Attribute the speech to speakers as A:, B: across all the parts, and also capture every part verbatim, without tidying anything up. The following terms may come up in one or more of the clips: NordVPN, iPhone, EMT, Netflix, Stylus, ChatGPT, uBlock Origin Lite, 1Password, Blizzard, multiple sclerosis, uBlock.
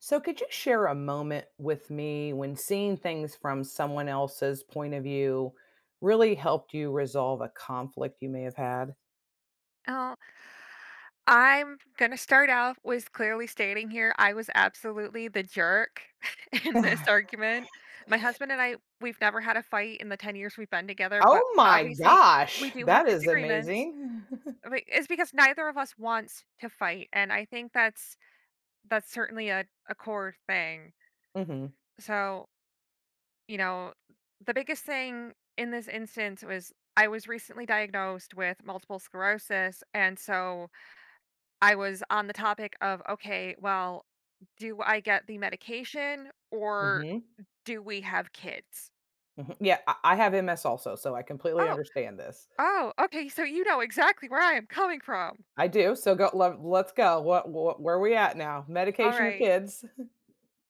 A: So, could you share a moment with me when seeing things from someone else's point of view really helped you resolve a conflict you may have had?
B: Oh, I'm gonna start out with clearly stating here I was absolutely the jerk in this argument. My husband and I, we've never had a fight in the ten years we've been together, but
A: Oh my
B: obviously we
A: gosh,
B: do have
A: that is
B: disagreements.
A: amazing.
B: but it's because neither of us wants to fight, and I think that's that's certainly a, a core thing.
A: Mhm,
B: So, you know, the biggest thing in this instance was I was recently diagnosed with multiple sclerosis, and so I was on the topic of, okay, well, do I get the medication or
A: mhm,
B: do we have kids?
A: mhm. Yeah, I, I have M S also, so I completely
B: Oh,
A: understand this.
B: oh, okay. So you know exactly where I am coming from.
A: I do. So go. Let, let's go. What, what? Where are we at now?
B: All
A: Medication or
B: right.
A: kids?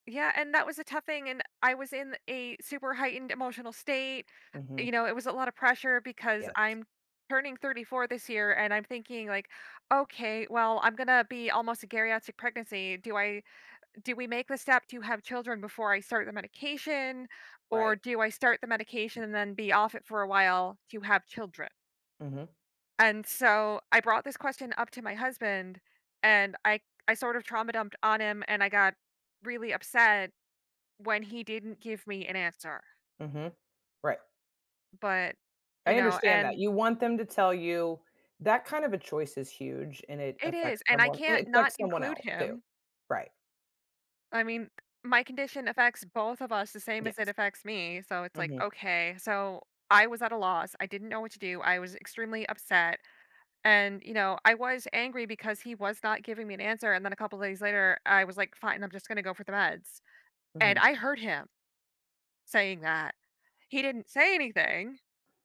B: Yeah. And that was a tough thing. And I was in a super heightened emotional state.
A: Hmm.
B: You know, it was a lot of pressure because
A: Yes.
B: I'm turning thirty-four this year and I'm thinking, like, okay, well, I'm going to be almost a geriatric pregnancy. Do I do we make the step to have children before I start the medication, or
A: Right.
B: do I start the medication and then be off it for a while to have children?
A: Hmm.
B: And so I brought this question up to my husband, and I I sort of trauma dumped on him, and I got really upset when he didn't give me an answer.
A: Hmm. Right.
B: But you
A: I
B: know,
A: understand that.
B: and
A: You want them to tell you that kind of a choice is huge, and it
B: it is,
A: affects
B: and I
A: someone and
B: can't
A: it
B: not
A: affects someone
B: include
A: else too.
B: him.
A: Right.
B: I mean, my condition affects both of us the same as it
A: Yes.
B: affects me. So it's like,
A: Mhm.
B: okay, so I was at a loss. I didn't know what to do. I was extremely upset. And, you know, I was angry because he was not giving me an answer. And then a couple days later, I was like, fine, I'm just going to go for the meds. And
A: Mhm.
B: I heard him saying that. He didn't say anything.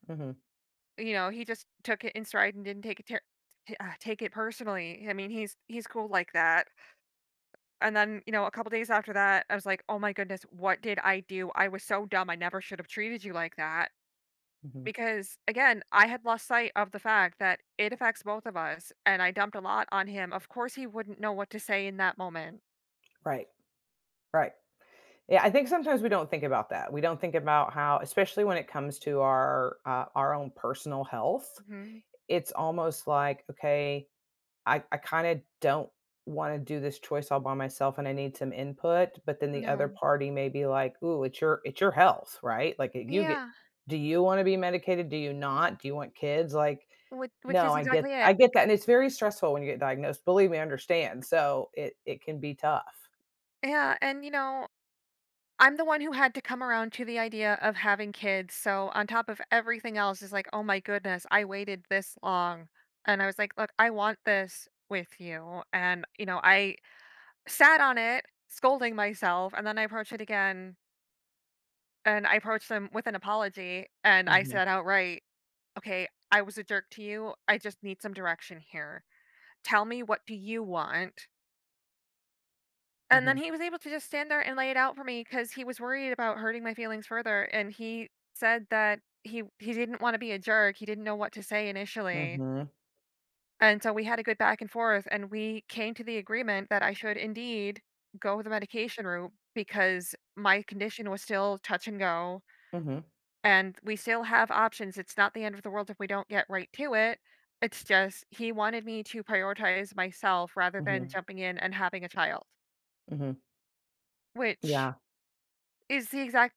A: Mhm.
B: You know, he just took it in stride and didn't take it ter- t- uh, take it personally. I mean, he's he's cool like that. And then, you know, a couple days after that, I was like, "Oh my goodness, what did I do? I was so dumb. I never should have treated you like that."
A: Mhm.
B: Because again, I had lost sight of the fact that it affects both of us, and I dumped a lot on him. Of course, he wouldn't know what to say in that moment.
A: Right, right. Yeah, I think sometimes we don't think about that. We don't think about how especially when it comes to our, uh, our own personal health,
B: Mhm.
A: it's almost like, "Okay." I I kinda don't wanna do this choice all by myself and I need some input, but then the other
B: No.
A: party may be like, "Ooh, it's your it's your health, right? Like, you get
B: Yeah.
A: do you wanna be medicated? Do you not? Do you want kids?" Like,
B: Which which
A: no,
B: is
A: I
B: exactly
A: get
B: it.
A: I
B: Like,
A: get that, and it's very stressful when you get diagnosed. Believe me, I understand. So it it can be tough.
B: yeah, and you know, I'm the one who had to come around to the idea of having kids. So on top of everything else is like, "Oh my goodness, I waited this long." And I was like, "Look, I want this with you." And, you know, I sat on it scolding myself and then I approached it again and I approached them with an apology and I
A: Mhm.
B: said outright, "Okay, I was a jerk to you. I just need some direction here. Tell me, what do you want?" And then
A: Mhm.
B: he was able to just stand there and lay it out for me because he was worried about hurting my feelings further, and he said that he he didn't wanna be a jerk, he didn't know what to say initially,
A: Mhm.
B: and so we had a good back and forth, and we came to the agreement that I should indeed go the medication route because my condition was still touch and go,
A: Mhm.
B: and we still have options, it's not the end of the world if we don't get right to it, it's just he wanted me to prioritize myself rather than
A: Mhm.
B: jumping in and having a child,
A: Mhm.
B: which
A: Yeah,
B: is the exact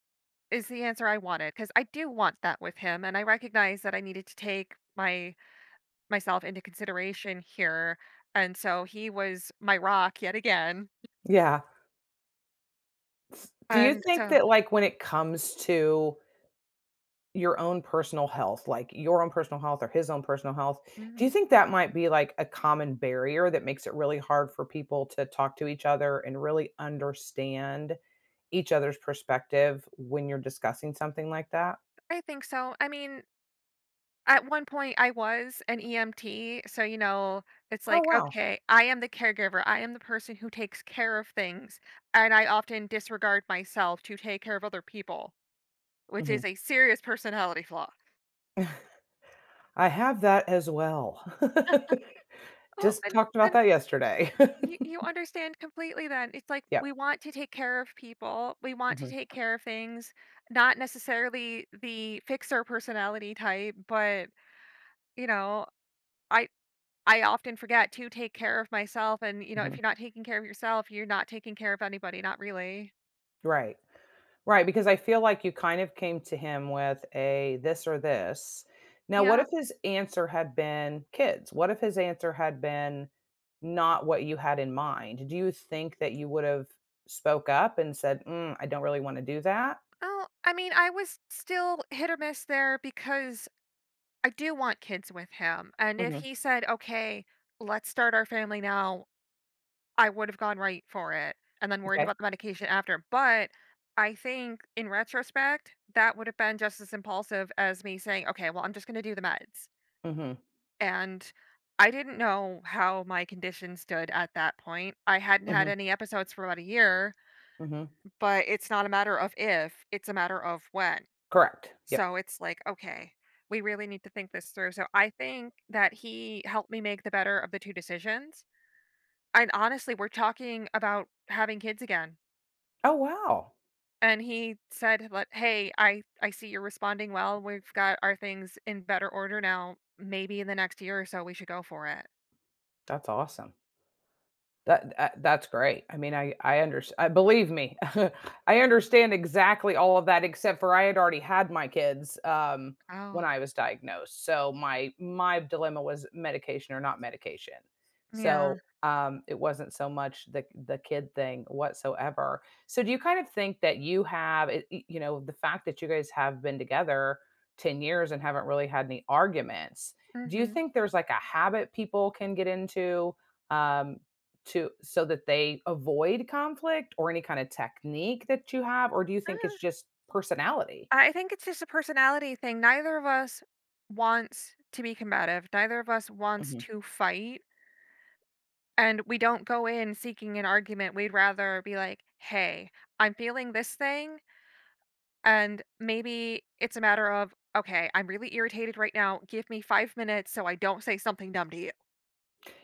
B: is the answer I wanted because I do want that with him, and I recognize that I needed to take my myself into consideration here, and so he was my rock yet again,
A: yeah. S Do you
B: and
A: think
B: so
A: that, like, when it comes to your own personal health, like your own personal health or his own personal health, do you
B: Mhm.
A: think that might be, like, a common barrier that makes it really hard for people to talk to each other and really understand each other's perspective when you're discussing something like that?
B: I think so. I mean, at one point, I was an E M T, so, you know, it's
A: Oh,
B: like,
A: wow.
B: "Okay, I am the caregiver, I am the person who takes care of things, and I often disregard myself to take care of other people," which is
A: Mhm.
B: a serious personality flaw.
A: I have that as well.
B: Oh,
A: Just
B: and
A: talked about
B: and
A: that yesterday.
B: you you understand completely then. It's like
A: Yep.
B: we want to take care of people. We want to take
A: Mhm,
B: care of things, not necessarily the fixer personality type, but you know, I I often forget to take care of myself, and you know, if
A: mhm.
B: you're not taking care of yourself, you're not taking care of anybody, not really.
A: Right. Right, because I feel like you kind of came to him with a this or this. Now, what
B: Yeah.
A: if his answer had been kids? What if his answer had been not what you had in mind? Do you think that you would have spoke up and said, "Mm, I don't really want to do that"?
B: Oh, I mean, I was still hit or miss there because I do want kids with him. And if
A: Mhm,
B: he said, "Okay, let's start our family now." I would have gone right for it and then worried
A: okay.
B: about the medication after. But I think in retrospect, that would have been just as impulsive as me saying, okay, well, I'm just going to do the meds.
A: Mhm,
B: And I didn't know how my condition stood at that point. I hadn't had
A: mhm,
B: any episodes for about a year,
A: mhm.
B: but it's not a matter of if, it's a matter of when.
A: Correct. Yep.
B: So it's like, okay, we really need to think this through. So I think that he helped me make the better of the two decisions. And honestly, we're talking about having kids again.
A: Oh, wow.
B: And he said, "But hey, I I see you're responding well. We've got our things in better order now. Maybe in the next year or so, we should go for it."
A: That's awesome. That that that's great. I mean, I I understand. I believe me, I understand exactly all of that except for I had already had my kids, um,
B: Oh,
A: when I was diagnosed. So my my dilemma was medication or not medication.
B: yeah.
A: So, um, it wasn't so much the the kid thing whatsoever. So do you kind of think that you have it, y- you know, the fact that you guys have been together ten years and haven't really had any arguments, do you
B: Hmm.
A: think there's like a habit people can get into? Um, to so that they avoid conflict or any kind of technique that you have, or do you think it's just personality?
B: I think it's just a personality thing. Neither of us wants to be combative. Neither of us wants
A: Mhm.
B: to fight, and we don't go in seeking an argument. We'd rather be like, "Hey, I'm feeling this thing, and maybe it's a matter of." Okay, I'm really irritated right now. Give me five minutes so I don't say something dumb to you.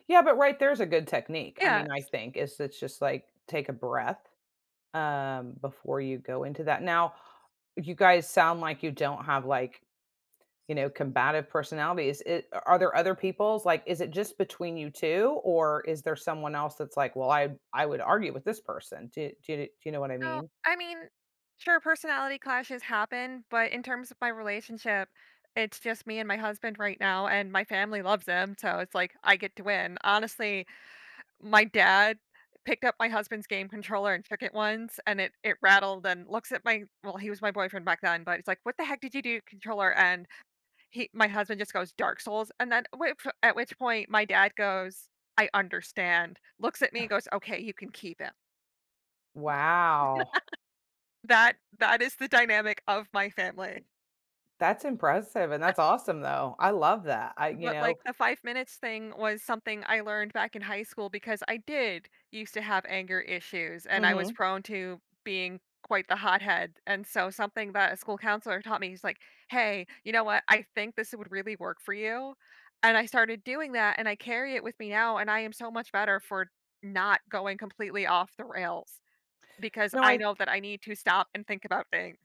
A: Yeah, but right there's a good technique. I
B: Yeah.
A: mean, I think is it's just like take a breath um before you go into that. Now, you guys sound like you don't have like, you know, combative personalities. It, are there other people's like is it just between you two or is there someone else that's like, "Well, I I would argue with this person." Do, do, do you know what I
B: No,
A: mean?
B: I mean, sure, personality clashes happen, but in terms of my relationship, it's just me and my husband right now, and my family loves him. So it's like I get to win. Honestly, my dad picked up my husband's game controller and shook it once and it it rattled and looks at my, well, he was my boyfriend back then, but it's like what the heck did you do controller and he my husband just goes dark souls and then at which at which point my dad goes I understand looks at me goes okay you can keep it.
A: Wow.
B: That that is the dynamic of my family.
A: That's impressive, and that's awesome, though. I love that. I you
B: But, like,
A: know
B: the five minutes thing was something I learned back in high school because I did used to have anger issues, and I was
A: Mhm.
B: prone to being quite the hothead, and so something that a school counselor taught me, he's like, "Hey, you know what? I think this would really work for you." And I started doing that, and I carry it with me now, and I am so much better for not going completely off the rails because
A: No,
B: I
A: I
B: know that I need to stop and think about things.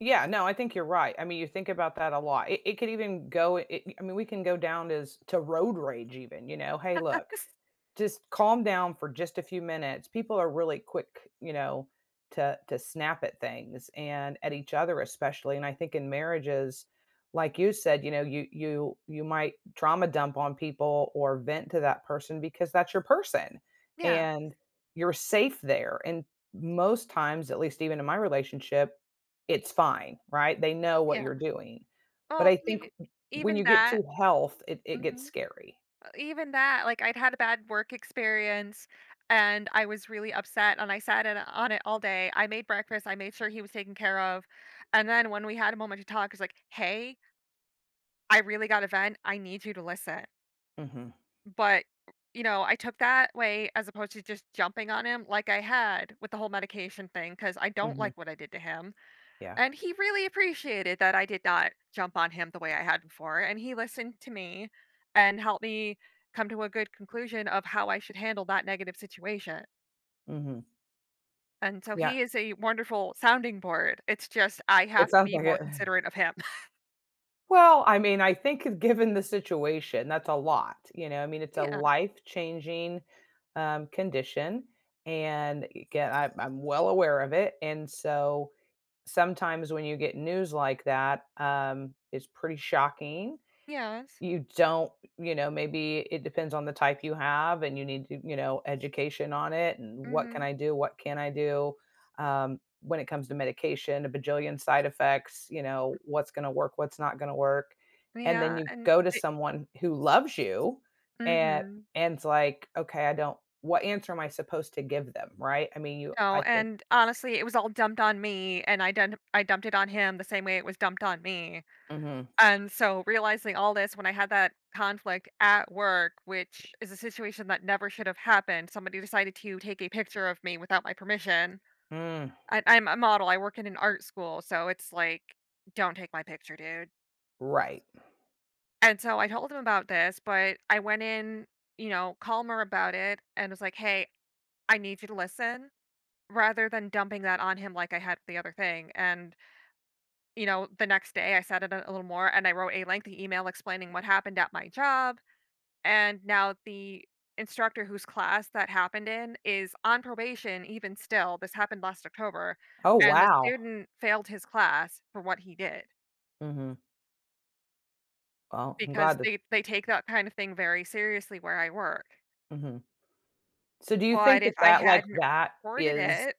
A: yeah, no, I think you're right. I mean, you think about that a lot. It it could even go it I mean, we can go down as to road rage even, you know? "Hey, look, just calm down for just a few minutes." People are really quick, you know, to to snap at things and at each other especially. And I think in marriages, like you said, you know, you you you might trauma dump on people or vent to that person because that's your person
B: Yeah,
A: and you're safe there. And most times, at least even in my relationship, it's fine, right? They know what
B: yeah.
A: you're doing. But
B: Well,
A: I think
B: even
A: when
B: even
A: you get
B: that
A: to health, it, it gets
B: mhm,
A: scary.
B: even that, like, I'd had a bad work experience, and I was really upset, and I sat in on it all day. I made breakfast, I made sure he was taken care of, and then when we had a moment to talk, it's like, "Hey, I really got a vent, I need you to listen."
A: Hmm.
B: But, you know, I took that way as opposed to just jumping on him like I had with the whole medication thing because I don't
A: Hmm.
B: like what I did to him.
A: Yeah.
B: And he really appreciated that I did not jump on him the way I had before, and he listened to me and helped me come to a good conclusion of how I should handle that negative situation.
A: Mhm.
B: And so
A: Yeah,
B: he is a wonderful sounding board. It's just I
A: it
B: have to
A: sounds
B: be
A: like
B: more
A: it.
B: considerate of him.
A: Well, I mean, I think given the situation, that's a lot, you know? I mean, it's a
B: Yeah.
A: life-changing, um, condition, and again, I'm I'm well aware of it, and so sometimes when you get news like that, um, it's pretty shocking.
B: Yes.
A: You don't You know, maybe it depends on the type you have and you need to, you know education on it, and what can
B: Mhm.
A: I do, what can I do, um, when it comes to medication, a bajillion side effects, you know what's going to work, what's not going to work, and then
B: Yeah,
A: you
B: and
A: go to
B: it
A: someone who loves you, and
B: mhm.
A: and it's like, okay, I don't what answer am I supposed to give them, right? I mean, you
B: No,
A: I think.
B: and honestly, it was all dumped on me and I done I dumped it on him the same way it was dumped on me.
A: Hmm.
B: And so realizing all this when I had that conflict at work, which is a situation that never should have happened, somebody decided to take a picture of me without my permission.
A: Mm,
B: I, I'm a model. I work in an art school, so it's like, don't take my picture, dude.
A: right.
B: And so I told him about this, but I went in, you know, calmer about it and was like, hey, I need you to listen rather than dumping that on him like I had the other thing. And, you know, the next day I said it a a little more and I wrote a lengthy email explaining what happened at my job. And now the instructor whose class that happened in is on probation even still. This happened last October,
A: Oh,
B: and the
A: wow.
B: student failed his class for what he did
A: Hmm. Well, I'm
B: because
A: glad that.
B: they they take that kind of thing very seriously where I work.
A: Mhm. So do you
B: But
A: think that
B: if I
A: that like
B: hadn't
A: that
B: reported
A: is
B: it,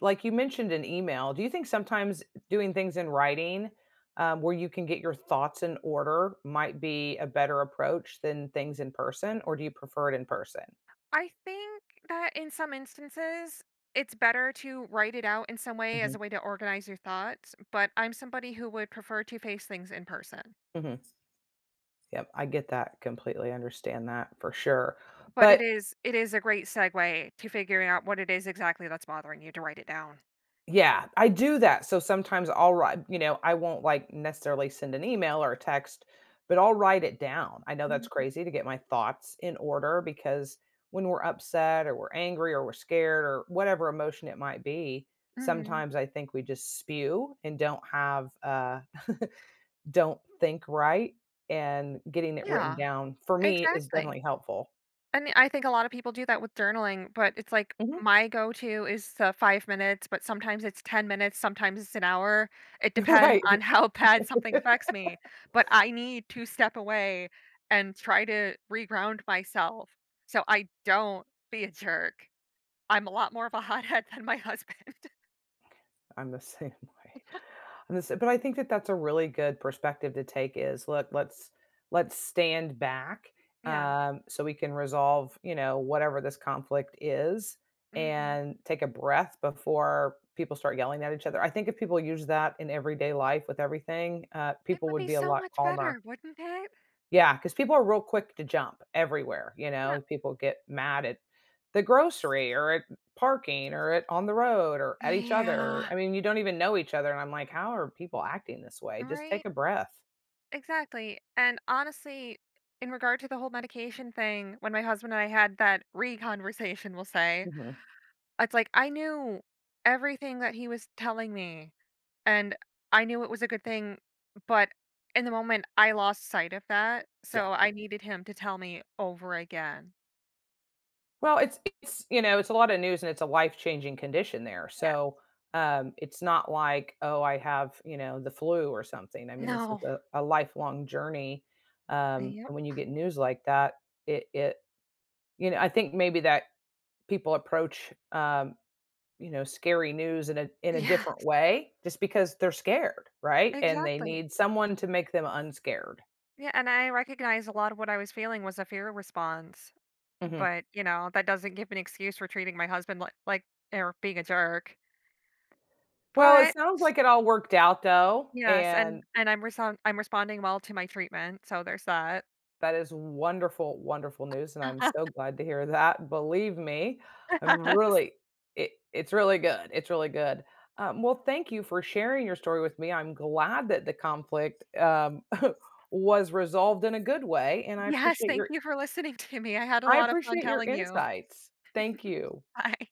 A: like you mentioned in email, do you think sometimes doing things in writing, um, where you can get your thoughts in order might be a better approach than things in person, or do you prefer it in person?
B: I think that in some instances it's better to write it out in some way as
A: Mhm,
B: a way to organize your thoughts, but I'm somebody who would prefer to face things in person.
A: mhm. Yep, I get that completely, understand that for sure,
B: But it
A: but
B: is it is a great segue to figuring out what it is exactly that's bothering you to write it down.
A: yeah, I do that. So sometimes I'll write, you know, I won't like necessarily send an email or a text, but I'll write it down. I know that's
B: Mhm,
A: crazy, to get my thoughts in order, because when we're upset or we're angry or we're scared or whatever emotion it might be,
B: mhm.
A: sometimes I think we just spew and don't have, uh, don't think right. And getting it written
B: Yeah,
A: down for me is
B: exactly.
A: definitely helpful.
B: And I think a lot of people do that with journaling, but it's like
A: Mhm.
B: my go-to is the five minutes, but sometimes it's ten minutes, sometimes it's an hour. It depends
A: Right.
B: on how bad something affects me, but I need to step away and try to reground myself so I don't be a jerk. I'm a lot more of a hothead than my husband.
A: I'm the same way. And this but I think that that's a really good perspective to take is, look, let's let's stand back,
B: Yeah,
A: um, so we can resolve, you know, whatever this conflict is,
B: mhm.
A: and take a breath before people start yelling at each other. I think if people use that in everyday life with everything, uh,
B: It
A: people
B: would
A: would
B: be
A: be a
B: so
A: lot
B: much
A: calmer.
B: better, wouldn't it?
A: Yeah, because people are real quick to jump everywhere, you
B: Yeah.
A: know? People get mad at the grocery or at parking or at on the road or at each other.
B: Yeah,
A: I mean, you don't even know each other, and I'm like, "How are people acting this way? Just
B: right.
A: take a breath."
B: Exactly. And honestly, in regard to the whole medication thing, when my husband and I had that re conversation, we'll say,
A: Mhm,
B: it's like I knew everything that he was telling me and I knew it was a good thing, but in the moment I lost sight of that.
A: yeah.
B: So I needed him to tell me over again.
A: Well, it's it's, you know, it's a lot of news, and it's a life-changing condition there,
B: Yeah.
A: so, um, it's not like, "Oh, I have, you know, the flu or something." I mean, this is
B: No.
A: a a lifelong journey, um,
B: Yep.
A: and when you get news like that, it it you know, I think maybe that people approach, um, you know, scary news in a in a
B: Yeah.
A: different way just because they're scared, right? And they
B: Exactly.
A: need someone to make them unscared.
B: Yeah, and I recognize a lot of what I was feeling was a fear response,
A: Mhm.
B: but, you know, that doesn't give an excuse for treating my husband like like or being a jerk.
A: Well, it
B: But,
A: sounds like it all worked out, though,
B: yes, and
A: and
B: and I'm reson I'm responding well to my treatment, so there's that.
A: that is wonderful, wonderful news, and I'm so glad to hear that. Believe me, I'm
B: Yes.
A: really it, it's really good. It's really good. Um, well, thank you for sharing your story with me. I'm glad that the conflict, um, was resolved in a good way, and I
B: Yes,
A: appreciate
B: thank
A: your
B: you for listening to me. I had a
A: I
B: lot of fun
A: appreciate your
B: telling you.
A: insights. Thank you.
B: Bye.